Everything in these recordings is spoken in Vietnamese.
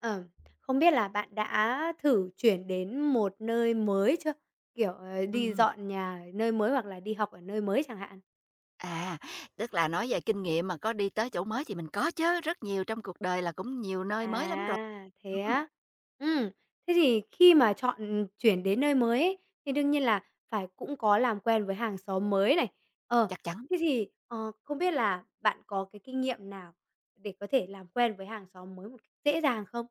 Ờm, Không biết là bạn đã thử chuyển đến một nơi mới chưa? Kiểu, đi Ừm, dọn nhà ở nơi mới hoặc là đi học ở nơi mới chẳng hạn? à, tức là nói về kinh nghiệm mà có đi tới chỗ mới thì mình có chứ rất nhiều, trong cuộc đời là cũng nhiều nơi mới lắm rồi. À, thế Ừm, á? Ừm, Thế thì khi mà chọn chuyển đến nơi mới ấy, thì đương nhiên là phải cũng có làm quen với hàng xóm mới này. Ờ, chắc chắn. Thế thì, không biết là bạn có cái kinh nghiệm nào để có thể làm quen với hàng xóm mới một cách dễ dàng không?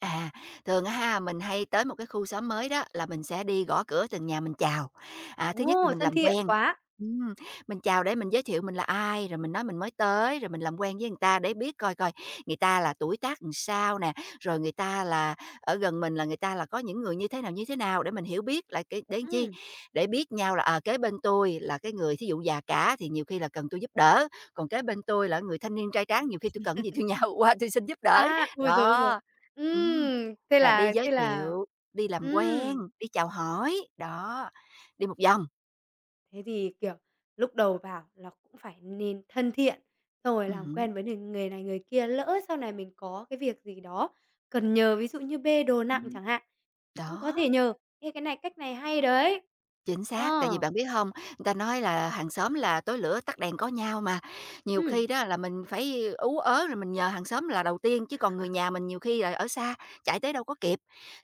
À, thường á ha, mình hay tới một cái khu xóm mới đó là mình sẽ đi gõ cửa từng nhà mình chào. À, thứ nhất là Ồ, mình thân làm thiện quen. quá! Ừm, mình chào để mình giới thiệu mình là ai, rồi mình nói mình mới tới, rồi mình làm quen với người ta để biết coi coi người ta là tuổi tác làm sao nè, rồi người ta là ở gần mình là người ta là có những người như thế nào để mình hiểu biết là cái đến chi, Ừ. để biết nhau là à, kế bên tôi là cái người thí dụ già cả thì nhiều khi là cần tôi giúp đỡ, còn kế bên tôi là người thanh niên trai tráng nhiều khi tôi cần gì tôi nhào qua tôi xin giúp đỡ. À, ôi giời, ôi giời! Đó. Ừm, Ừm, thế là đi là giới thế là thiệu, đi làm ừm, quen, đi chào hỏi, đó, đi một vòng. Thế thì, kiểu, lúc đầu vào là cũng phải nên thân thiện, xong rồi làm Hứm, quen với người này người kia, lỡ sau này mình có cái việc gì đó cần nhờ, ví dụ như bê đồ nặng ừm, chẳng hạn, cũng có đó. thể nhờ. Ê, cái này cách này hay đấy! Chính xác, tại vì Ờ, bạn biết không, người ta nói là hàng xóm là tối lửa tắt đèn có nhau mà, nhiều ừm, khi đó là mình phải ú ớ rồi mình nhờ hàng xóm là đầu tiên, chứ còn người nhà mình nhiều khi là ở xa, chạy tới đâu có kịp.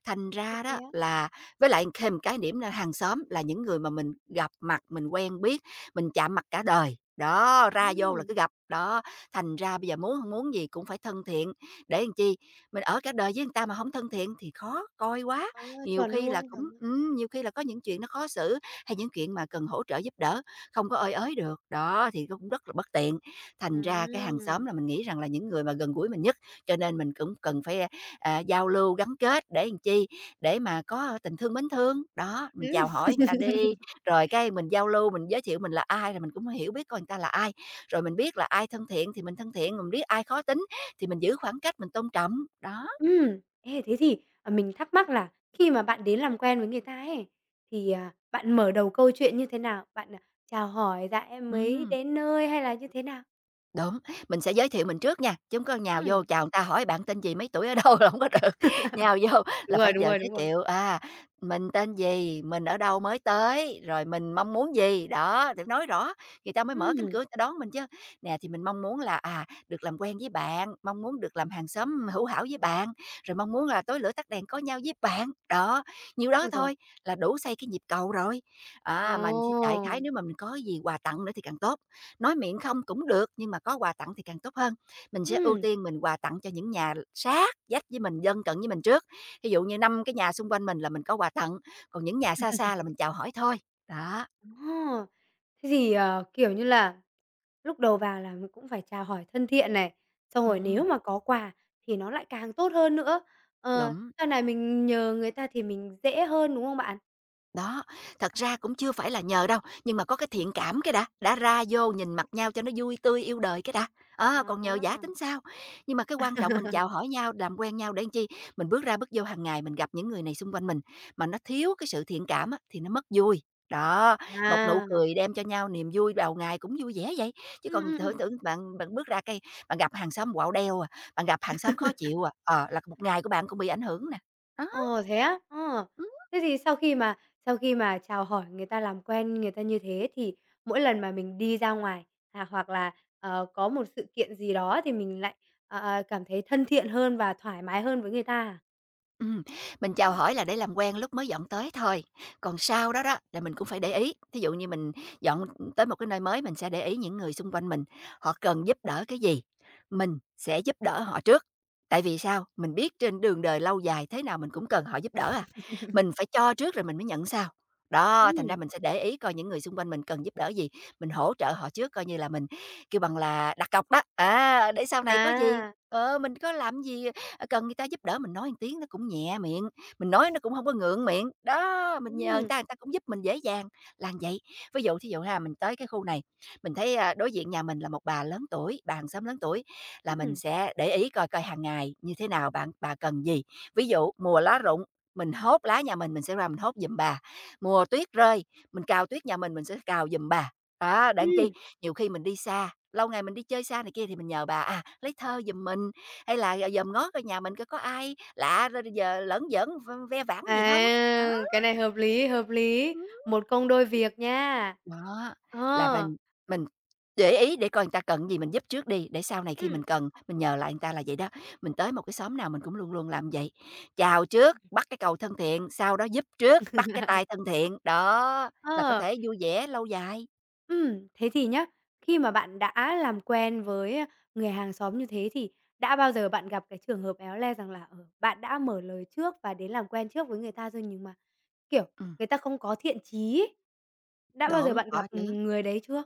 Thành thật ra thế đó á? là với lại thêm cái điểm là hàng xóm là những người mà mình gặp mặt, mình quen biết, mình chạm mặt cả đời, đó, ra vô là Ừm, cứ gặp, đó, thành ra bây giờ muốn hông muốn gì cũng phải thân thiện, để làm chi? Mình ở cả đời với người ta mà không thân thiện thì khó coi quá. ờ, Nhiều chuẩn khi là luôn, cũng chuẩn luôn. ừm, nhiều khi là có những chuyện nó khó xử, hay những chuyện mà cần hỗ trợ giúp đỡ, không có ơi ới được, đó, thì cũng rất là bất tiện. Thành ra cái hàng À. xóm là mình nghĩ rằng là những người mà gần gũi mình nhất, cho nên mình cũng cần phải, à, giao lưu, gắn kết để làm chi? Để mà có tình thương mến thương. Đó, mình Ừm. chào hỏi người ta đi, rồi cái mình giao lưu, mình giới thiệu mình là ai rồi mình cũng hiểu biết coi người ta là ai, rồi mình biết là ai thân thiện thì mình thân thiện, mình biết ai khó tính thì mình giữ khoảng cách, mình tôn trọng, đó, ê, thế thì, à, mình thắc mắc là khi mà bạn đến làm quen với người ta ấy, thì, à, bạn mở đầu câu chuyện như thế nào? Bạn, à, chào hỏi "Dạ, em mới ừm. đến nơi" hay là như thế nào? Đúng, mình sẽ giới thiệu mình trước nha, chứ hông có nhào vô Ừm. chào người ta hỏi "Bạn tên gì? Mấy tuổi? Ở đâu?" là không có được. Nhào vô Đúng là rồi, phải đúng giờ rồi, giới đúng rồi. thiệu, à, mình tên gì, mình ở đâu mới tới, rồi mình mong muốn gì, đó, thì nói rõ, người ta mới mở cánh Ừm, cửa người ta đón mình chứ. Nè, thì mình mong muốn là, à, được làm quen với bạn, mong muốn được làm hàng xóm hữu hảo với bạn, rồi mong muốn là tối lửa tắt đèn có nhau với bạn. Đó, nhiều đó ôi giời! thôi là đủ xây cái nhịp cầu rồi. Ồ! À mà đại khái nếu mà mình có gì quà tặng nữa thì càng tốt, nói miệng không cũng được nhưng mà có quà tặng thì càng tốt hơn. Mình sẽ ưu Ừm, tiên mình quà tặng cho những nhà sát vách với mình, dân cận với mình trước, ví dụ như 5 cái nhà xung quanh mình là mình có quà tặng, còn những nhà xa xa là mình chào hỏi thôi, đó. ờ. Thế thì, kiểu như là, lúc đầu vào là cũng phải chào hỏi thân thiện này, xong rồi nếu Ừ, mà có quà thì nó lại càng tốt hơn nữa. Ờ, đúng. sau này mình nhờ người ta thì mình dễ hơn, đúng không bạn? Đó, thật ra cũng chưa phải là nhờ đâu, nhưng mà có cái thiện cảm cái đã ra vô nhìn mặt nhau cho nó vui tươi yêu đời cái đã. Ờ, còn Đó. nhờ vả tính sao? Nhưng mà cái quan trọng mình chào hỏi nhau, làm quen nhau để làm chi? Mình bước ra bước vô hàng ngày mình gặp những người này xung quanh mình mà nó thiếu cái sự thiện cảm á, thì nó mất vui. Đó, một nụ À, cười đem cho nhau niềm vui đầu ngày cũng vui vẻ vậy. Chứ còn thử ừm. tưởng bạn bạn bước ra cây, bạn gặp hàng xóm quạo đeo à, bạn gặp hàng xóm khó chịu à, ờ, là một ngày của bạn cũng bị ảnh hưởng nè. Đó. Ờ, thế á? Ờ. Thế thì sau khi mà chào hỏi người ta, làm quen người ta như thế thì mỗi lần mà mình đi ra ngoài, à, hoặc là, có một sự kiện gì đó thì mình lại, cảm thấy thân thiện hơn và thoải mái hơn với người ta à? Ừm, mình chào hỏi là để làm quen lúc mới dọn tới thôi, còn sau đó đó là mình cũng phải để ý. Thí dụ như mình dọn tới một cái nơi mới mình sẽ để ý những người xung quanh mình, họ cần giúp đỡ cái gì, mình sẽ giúp đỡ họ trước. Tại vì sao? Mình biết trên đường đời lâu dài thế nào mình cũng cần họ giúp đỡ à. Mình phải cho trước rồi mình mới nhận sau. Đó, thành ra Ừm, mình sẽ để ý coi những người xung quanh mình cần giúp đỡ gì, mình hỗ trợ họ trước coi như là mình kêu bằng là đặt cọc đó. À, để sau này có gì, à, ờ, mình có làm gì. Ờ, cần người ta giúp đỡ mình nói một tiếng nó cũng nhẹ miệng, mình nói nó cũng không có ngượng miệng. Đó, mình nhờ ừm, người ta cũng giúp mình dễ dàng làm vậy. Ví dụ thí dụ ha, mình tới cái khu này, mình thấy, a, đối diện nhà mình là một bà lớn tuổi, bà hàng xóm lớn tuổi, là mình ừm, sẽ để ý coi coi hàng ngày như thế nào, bạn bà cần gì. Ví dụ mùa lá rụng, mình hốt lá nhà mình sẽ ra mình hốt giùm bà. Mùa tuyết rơi, mình cào tuyết nhà mình sẽ cào giùm bà. Đó, để làm chi? ừm. Nhiều khi mình đi xa, lâu ngày mình đi chơi xa này kia thì mình nhờ bà, à, lấy thơ giùm mình, hay là g dòm ngó coi nhà mình coi có ai lạ rồi giờ lởn giỡn v ve vãn gì không? Đó, À, cái này hợp lý, ừm. một công đôi việc nha. Đó, là Ờ, mình để ý để coi người ta cần gì mình giúp trước đi, để sau này khi mình ừm. cần mình nhờ lại người ta là vậy đó. Mình tới một cái xóm nào mình cũng luôn luôn làm vậy, chào trước, bắt cái cầu thân thiện, sau đó giúp trước, bắt cái tay thân thiện, đó, là có Ờ. thể vui vẻ lâu dài. Thế thì nhá, khi mà bạn đã làm quen với, người hàng xóm như thế thì đã bao giờ bạn gặp cái trường hợp éo le rằng là, bạn đã mở lời trước và đến làm quen trước với người ta rồi nhưng mà, kiểu, Ừm, người ta không có thiện chí ấy? Đã bao giờ đúng, bạn gặp, có chứ. người đấy chưa?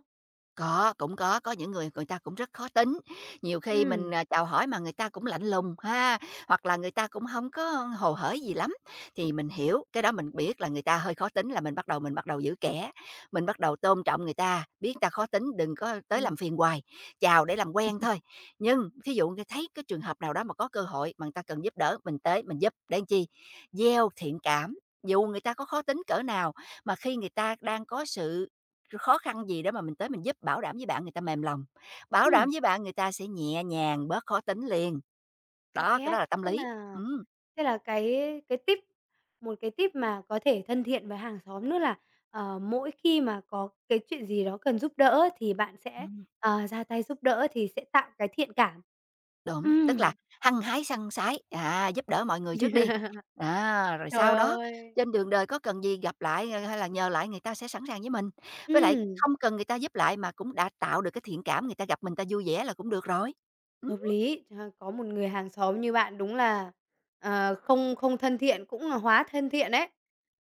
Có, cũng có những người người ta cũng rất khó tính, nhiều khi mình, Ừm. à, chào hỏi mà người ta cũng lạnh lùng ha, hoặc là người ta cũng không có hồ hởi gì lắm, thì mình hiểu, cái đó mình biết là người ta hơi khó tính là mình bắt đầu giữ kẻ, mình bắt đầu tôn trọng người ta, biết người ta khó tính đừng có tới Ừm. làm phiền hoài, chào để làm quen thôi. Nhưng thí dụ như thấy cái trường hợp nào đó mà có cơ hội mà người ta cần giúp đỡ, mình tới mình giúp để làm chi? Gieo thiện cảm, dù người ta có khó tính cỡ nào, mà khi người ta đang có sự rồi khó khăn gì đó mà mình tới mình giúp, bảo đảm với bạn người ta mềm lòng, bảo đảm Ừm, với bạn người ta sẽ nhẹ nhàng, bớt khó tính liền. à, Đó, thế cái á? đó là tâm Tức lý. là, Ừm. thế là cái tip một cái tip mà có thể thân thiện với hàng xóm nữa là, mỗi khi mà có cái chuyện gì đó cần giúp đỡ thì bạn sẽ, Ừm. Ra tay giúp đỡ thì sẽ tạo cái thiện cảm. Đúng, tức Ừm. là hăng hái săng sái, à, giúp đỡ mọi người trước đi, à, rồi Trời sau đó ơi! trên đường đời có cần gì gặp lại, ờ, hay là nhờ lại người ta sẽ sẵn sàng với mình. Với lại Ừm, không cần người ta giúp lại mà cũng đã tạo được cái thiện cảm, người ta gặp mình ta vui vẻ là cũng được rồi. Ừm. hợp lý. Trời, có một người hàng xóm như bạn đúng là, không không thân thiện cũng là hóa thân thiện đấy.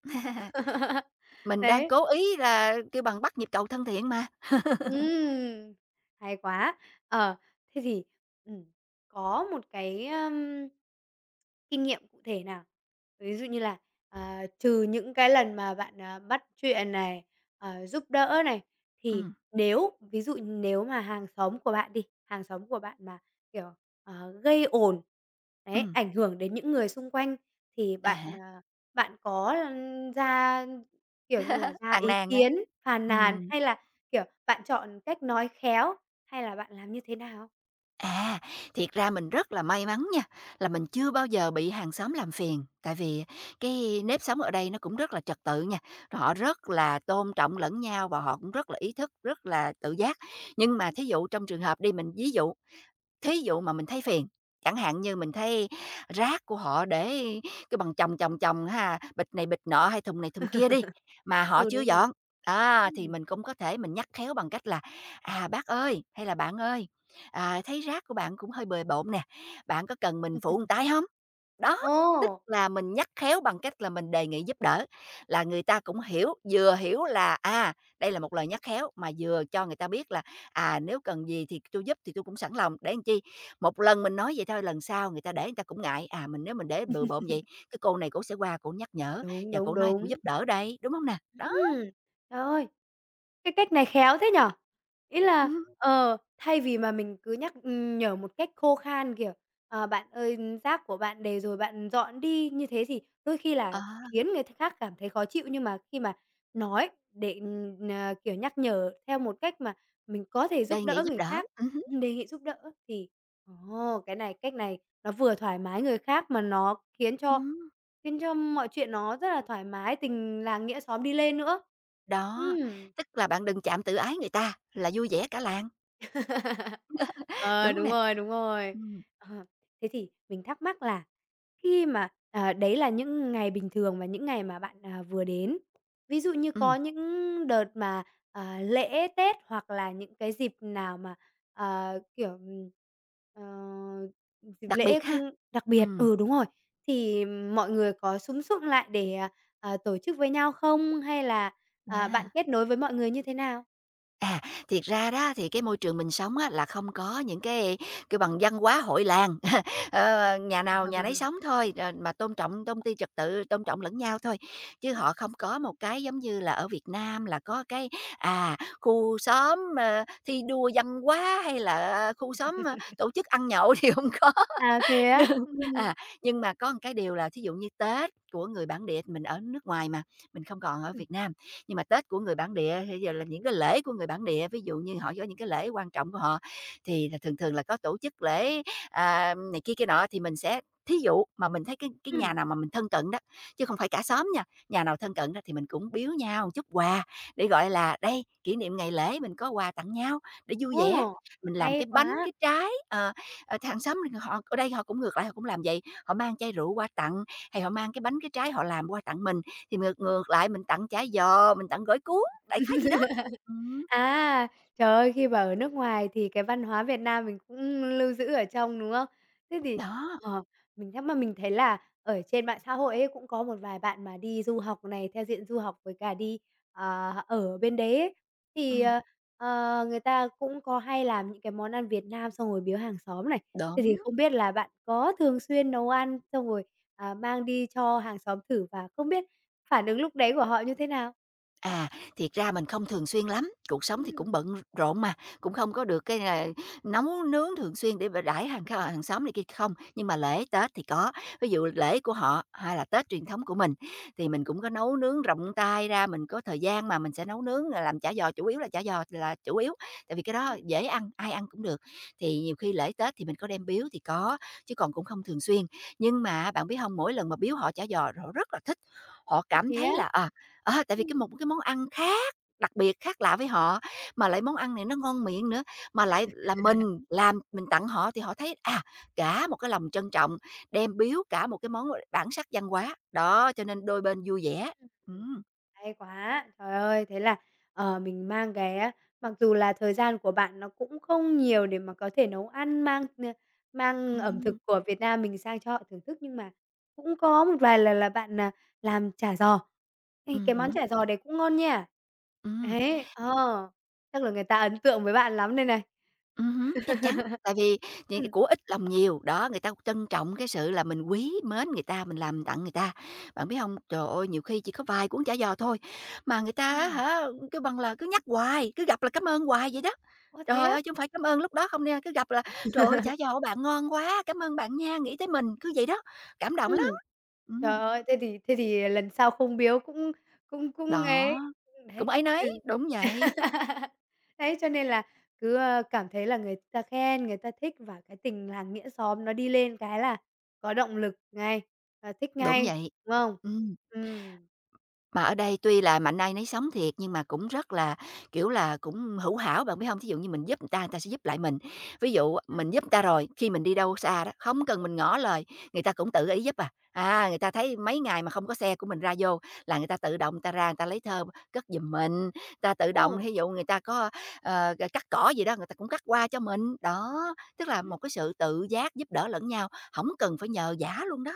Mình đang Đấy. cố ý là kêu bằng bắt nhịp cầu thân thiện mà. Ừm, hay quá! Ờ, thế thì, ừm, có một cái, kinh nghiệm cụ thể nào? Ví dụ như là, à, trừ những cái lần mà bạn, à, bắt chuyện này, giúp đỡ này, Ừ, thì nếu ví dụ nếu mà hàng xóm của bạn mà, kiểu, gây ồn, đấy, ừm, ảnh hưởng đến những người xung quanh thì à bạn, há. ờ, bạn có, ra, kiểu như là, ra Phàn ý nàn á. kiến, phàn nàn Ừm. hay là kiểu, bạn chọn cách nói khéo hay là bạn làm như thế nào? À, thiệt ra mình rất là may mắn nha, là mình chưa bao giờ bị hàng xóm làm phiền, tại vì cái nếp sống ở đây nó cũng rất là trật tự nha, rồi họ rất là tôn trọng lẫn nhau và họ cũng rất là ý thức, rất là tự giác. Nhưng mà thí dụ trong trường hợp đi, mình ví dụ thí dụ mà mình thấy phiền, chẳng hạn như mình thấy rác của họ để cái bằng chồng ha, bịch này bịch nọ hay thùng này thùng kia đi, mà họ Ừ, chưa đúng rồi. dọn. Đó, thì Ừm. mình cũng có thể mình nhắc khéo bằng cách là "À, bác ơi, hay là bạn ơi, à, thấy rác của bạn cũng hơi bừa bộn nè, bạn có cần mình phụ một tay không? Đó, tức Ồ! là mình nhắc khéo bằng cách là mình đề nghị giúp đỡ, là người ta cũng hiểu, vừa hiểu là, đây là một lời nhắc khéo mà vừa cho người ta biết là à, nếu cần gì thì tôi giúp thì tôi cũng sẵn lòng, để làm chi, một lần mình nói vậy thôi, lần sau người ta để người ta cũng ngại, mình nếu mình để bừa bộn vậy, cái cô này cổ sẽ qua cổ nhắc nhở Đúng, và đúng, cổ nói cổ đúng. giúp đỡ đây, đúng không nè? Đó, Ừm, trời ơi! Cái cách này khéo thế nhỉ? Ý là, hứm, thay vì mà mình cứ nhắc nhở một cách khô khan, kiểu, "Bạn ơi, rác của bạn để rồi bạn dọn đi." Như thế thì đôi khi là ờ, khiến người khác cảm thấy khó chịu, nhưng mà khi mà nói để, kiểu, nhắc nhở theo một cách mà mình có thể giúp đề nghị đỡ giúp người đỡ, khác, hứm, đề nghị giúp đỡ thì ồ, cái này cách này nó vừa thoải mái người khác mà nó khiến cho mọi chuyện nó rất là thoải mái, tình làng nghĩa xóm đi lên nữa. đó, Ừm. tức là bạn đừng chạm tự ái người ta là vui vẻ cả làng, Ờ, đúng đúng nè. rồi, đúng rồi. Ừm, Ờ, thế thì mình thắc mắc là khi mà, đấy là những ngày bình thường và những ngày mà bạn, à, vừa đến. Ví dụ như có ừm, những đợt mà, à, lễ Tết hoặc là những cái dịp nào mà, kiểu, ờ, dịp đặc lễ, biệt ha, đặc biệt ừm, ừ, đúng rồi, thì mọi người có súm súm lại để, à, à, tổ chức với nhau không? Hay là, à, bạn à. kết nối với mọi người như thế nào? À, thiệt ra đó thì cái môi trường mình sống á, là không có những cái bằng văn hóa hội làng, nhà nào nhà nấy À. sống thôi, rồi mà tôn trọng tôn ti trật tự, tôn trọng lẫn nhau thôi. Chứ họ không có một cái giống như là ở Việt Nam là có cái, khu xóm, thi đua văn hóa hay là, khu xóm, tổ chức ăn nhậu thì không có. À, thế á? Nhưng Ừm. à, nhưng mà có một cái điều là thí dụ như Tết của người bản địa mình ở nước ngoài mà, mình không còn ở Ừm, Việt Nam, nhưng mà Tết của người bản địa thì giờ là những cái lễ của người bản địa, ví dụ như họ có những cái lễ quan trọng của họ thì là thường thường là có tổ chức lễ, này kia kia nọ thì mình sẽ thí dụ mà mình thấy cái ừm, nhà nào mà mình thân cận đó, chứ không phải cả xóm nha, nhà nào thân cận đó thì mình cũng biếu nhau chút quà để, gọi là, đây, kỷ niệm ngày lễ mình có quà tặng nhau để vui vẻ. ồ, Mình làm hay cái bánh, quá! cái trái, ờ. Ờ, hàng xóm thì họ ở đây họ cũng ngược lại, họ cũng làm vậy, họ mang chai rượu qua tặng, hay họ mang cái bánh, cái trái họ làm qua tặng mình, thì ngược ngược lại mình tặng chả giò, mình tặng gỏi cuốn, đại khái gì đó. Ừm, À, trời ơi, khi mà ở nước ngoài thì cái văn hóa Việt Nam mình cũng lưu giữ ở trong, đúng không? Thế thì đó, ờ, mình thắc mắc mình thấy là ở trên mạng xã hội ấy cũng có một vài bạn mà đi du học này, theo diện du học với cả đi, ở bên đấy ấy, thì, ừm, người ta cũng có hay làm những cái món ăn Việt Nam xong rồi biếu hàng xóm này. Thế đúng. thì không biết là bạn có thường xuyên nấu ăn xong rồi, à, mang đi cho hàng xóm thử và không biết phản ứng lúc đấy của họ như thế nào? À, thiệt ra mình không thường xuyên lắm, cuộc sống thì Ừm, cũng bận rộn mà, cũng không có được cái là nấu nướng thường xuyên để mà đãi hàng xóm này kia không, nhưng mà lễ Tết thì có. Ví dụ lễ của họ hay là Tết truyền thống của mình thì mình cũng có nấu nướng rộng tay ra, mình có thời gian mà mình sẽ nấu nướng là làm chả giò, chủ yếu là chả giò là chủ yếu, tại vì cái đó ừm. dễ ăn, ai ăn cũng được. Thì nhiều khi lễ Tết thì mình có đem biếu thì có, chứ còn cũng không thường xuyên. Nhưng mà bạn biết không, mỗi lần mà biếu họ chả giò họ rất là thích, họ Ơ, cảm thế á? thấy là, tại vì Ừm, cái một cái món ăn khác, đặc biệt, khác lạ với họ, mà lại món ăn này nó ngon miệng nữa, mà lại là mình làm, mình tặng họ thì họ thấy, cả một cái lòng trân trọng, đem biếu cả một cái món bản sắc văn hóa. Đó, cho nên đôi bên vui vẻ. ừm. Ừm, Hay quá! Trời ơi, thế là, mình mang cái á mặc dù là thời gian của bạn nó cũng không nhiều để mà có thể nấu ăn, mang ẩm thực ừm, của Việt Nam mình sang cho họ thưởng thức, nhưng mà cũng có một vài lần là bạn, à, làm chả giò. Ê, cái món hứm, chả giò đấy cũng ngon nha. Ấy, chắc là người ta ấn tượng với bạn lắm đây này. ừm hứm, chắc chắn, tại vì Ừm, của ít lòng nhiều, đó, người ta trân trọng cái sự là mình quý mến người ta, mình làm tặng người ta. Bạn biết hông, trời ơi, nhiều khi chỉ có vài cuốn chả giò thôi, mà người ta á ừm. hả, kêu bằng là, cứ nhắc hoài, cứ gặp là cám ơn hoài vậy đó. Ơ, thế Trời á? ơi, chứ hông phải cám ơn lúc đó không nha, cứ gặp là "Trời ơi, chả giò của bạn ngon quá, cảm ơn bạn nha, nghĩ tới mình", cứ vậy đó, cảm động Ừm. lắm. Trời Ừm, ơi, thế thì lần sau không biếu cũng cũng cũng đó, ấy, đấy, cũng áy náy, ừ. đúng vậy, Đấy, cho nên là cứ, cảm thấy là người ta khen, người ta thích và cái tình làng nghĩa xóm nó đi lên cái là có động lực ngay, là thích đúng ngay, vậy. đúng không? Ừm. Ừm. Mà ở đây tuy là mạnh ai nấy sống thiệt, nhưng mà cũng rất là, kiểu là, cũng hữu hảo, bạn biết không? Thí dụ như mình giúp người ta sẽ giúp lại mình. Ví dụ Ừm. mình giúp người ta rồi, khi mình đi đâu xa đó, không cần mình ngỏ lời, người ta cũng tự ý giúp à. À, người ta thấy mấy ngày mà không có xe của mình ra vô là người ta tự động người ta ra người ta lấy thơm cất giùm mình, người ta tự động Ồ. thí dụ người ta có, cắt cỏ gì đó, người ta cũng cắt qua cho mình. Đó, tức là một cái sự tự giác giúp đỡ lẫn nhau, không cần phải nhờ giả luôn đó.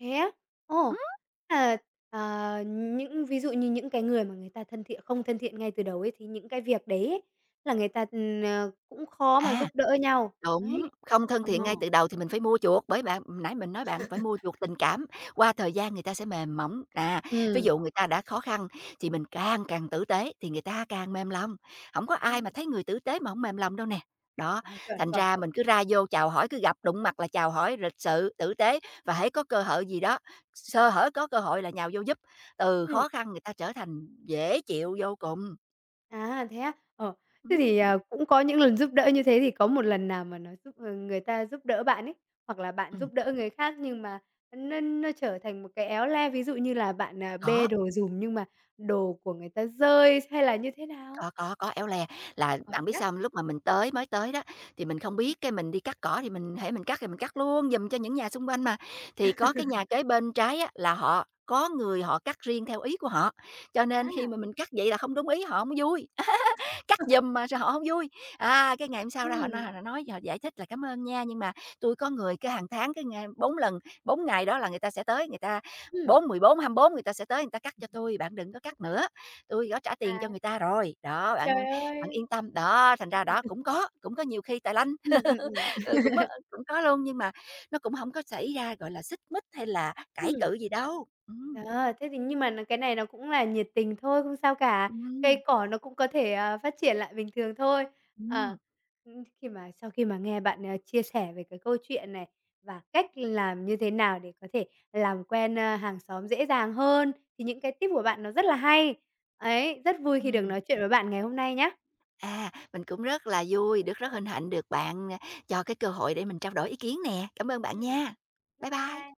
Thế á? Ừm, Ồ, à, ờ, những ví dụ như những cái người mà người ta thân thiện không thân thiện ngay từ đầu ấy, thì những cái việc đấy ấy, là người ta, cũng khó mà à. giúp đỡ nhau. Đúng, Đấy. không thân Ờ, thiện ngay từ đầu thì mình phải mua chuộc, bởi bạn nãy mình nói bạn phải mua chuộc tình cảm, qua thời gian người ta sẽ mềm mỏng. À, ví ừm, dụ người ta đã khó khăn thì mình càng càng tử tế thì người ta càng mềm lòng, không có đó, ai mà thấy người tử tế mà hổng mềm lòng đâu nè. Đó, ờ, chuẩn, thành chuẩn, ra chuẩn. mình cứ ra vô chào hỏi, cứ gặp đụng mặt là chào hỏi lịch sự, tử tế và hễ có cơ hội gì đó, sơ hở có cơ hội là nhào vô giúp, từ Ừm, khó khăn người ta trở thành dễ chịu vô cùng. à, thế á? Ờ, thế Ừm, thì, à, cũng có những lần giúp đỡ như thế thì có một lần nào mà người ta giúp đỡ bạn ấy, hoặc là bạn ừm, giúp đỡ người khác nhưng mà nó trở thành một cái éo le, ví dụ như là bạn, à, bê có. đồ giùm nhưng mà đồ của người ta rơi hay là như thế nào? Có, éo le. Là Ờ, bạn biết thế á? sao hông? Lúc mà mình tới đó, thì mình không biết, cái mình đi cắt cỏ thì mình hễ mình cắt thì mình cắt luôn giùm cho những nhà xung quanh mà. Thì có cái nhà kế bên trái á, là họ có người họ cắt riêng theo ý của họ, cho À, nên khi mà mình cắt vậy là không đúng ý họ hổng vui. Cắt giùm mà sao họ không vui. À, cái ngày hôm sau ra họ ừm, nói họ giải thích là "Cảm ơn nha, nhưng mà tôi có người cái hàng tháng cái ngày 4 lần, 4 ngày đó là người ta sẽ tới, người ta bốn ừm, bốn 14 24 người ta sẽ tới người ta cắt cho tôi bạn đừng có cắt nữa, tôi có trả à, tiền cho người ta rồi. Đó, bạn trời bạn ơi! yên tâm." Đó, thành ra đó cũng có nhiều khi tài lanh, Ừm, ừm, ừm, ừ, cũng có luôn, nhưng mà nó cũng không có xảy ra, gọi là, xích mích hay là cãi ừm. cự gì đâu. Ờ, thế thì nhưng mà cái này nó cũng là nhiệt tình thôi, không sao cả. ừm, Cây cỏ nó cũng có thể, phát triển lại bình thường thôi. Ờ, ừm, khi mà sau khi mà nghe bạn, chia sẻ về cái câu chuyện này và cách làm như thế nào để có thể làm quen, hàng xóm dễ dàng hơn, thì những cái tip của bạn nó rất là hay. Ấy, rất vui khi được ừm. nói chuyện với bạn ngày hôm nay nhá. À, mình cũng rất là vui, được rất hân hạnh được bạn, cho cái cơ hội để mình trao đổi ý kiến nè. Cảm ơn bạn Ừm. nha. Bye Bye bye. bye.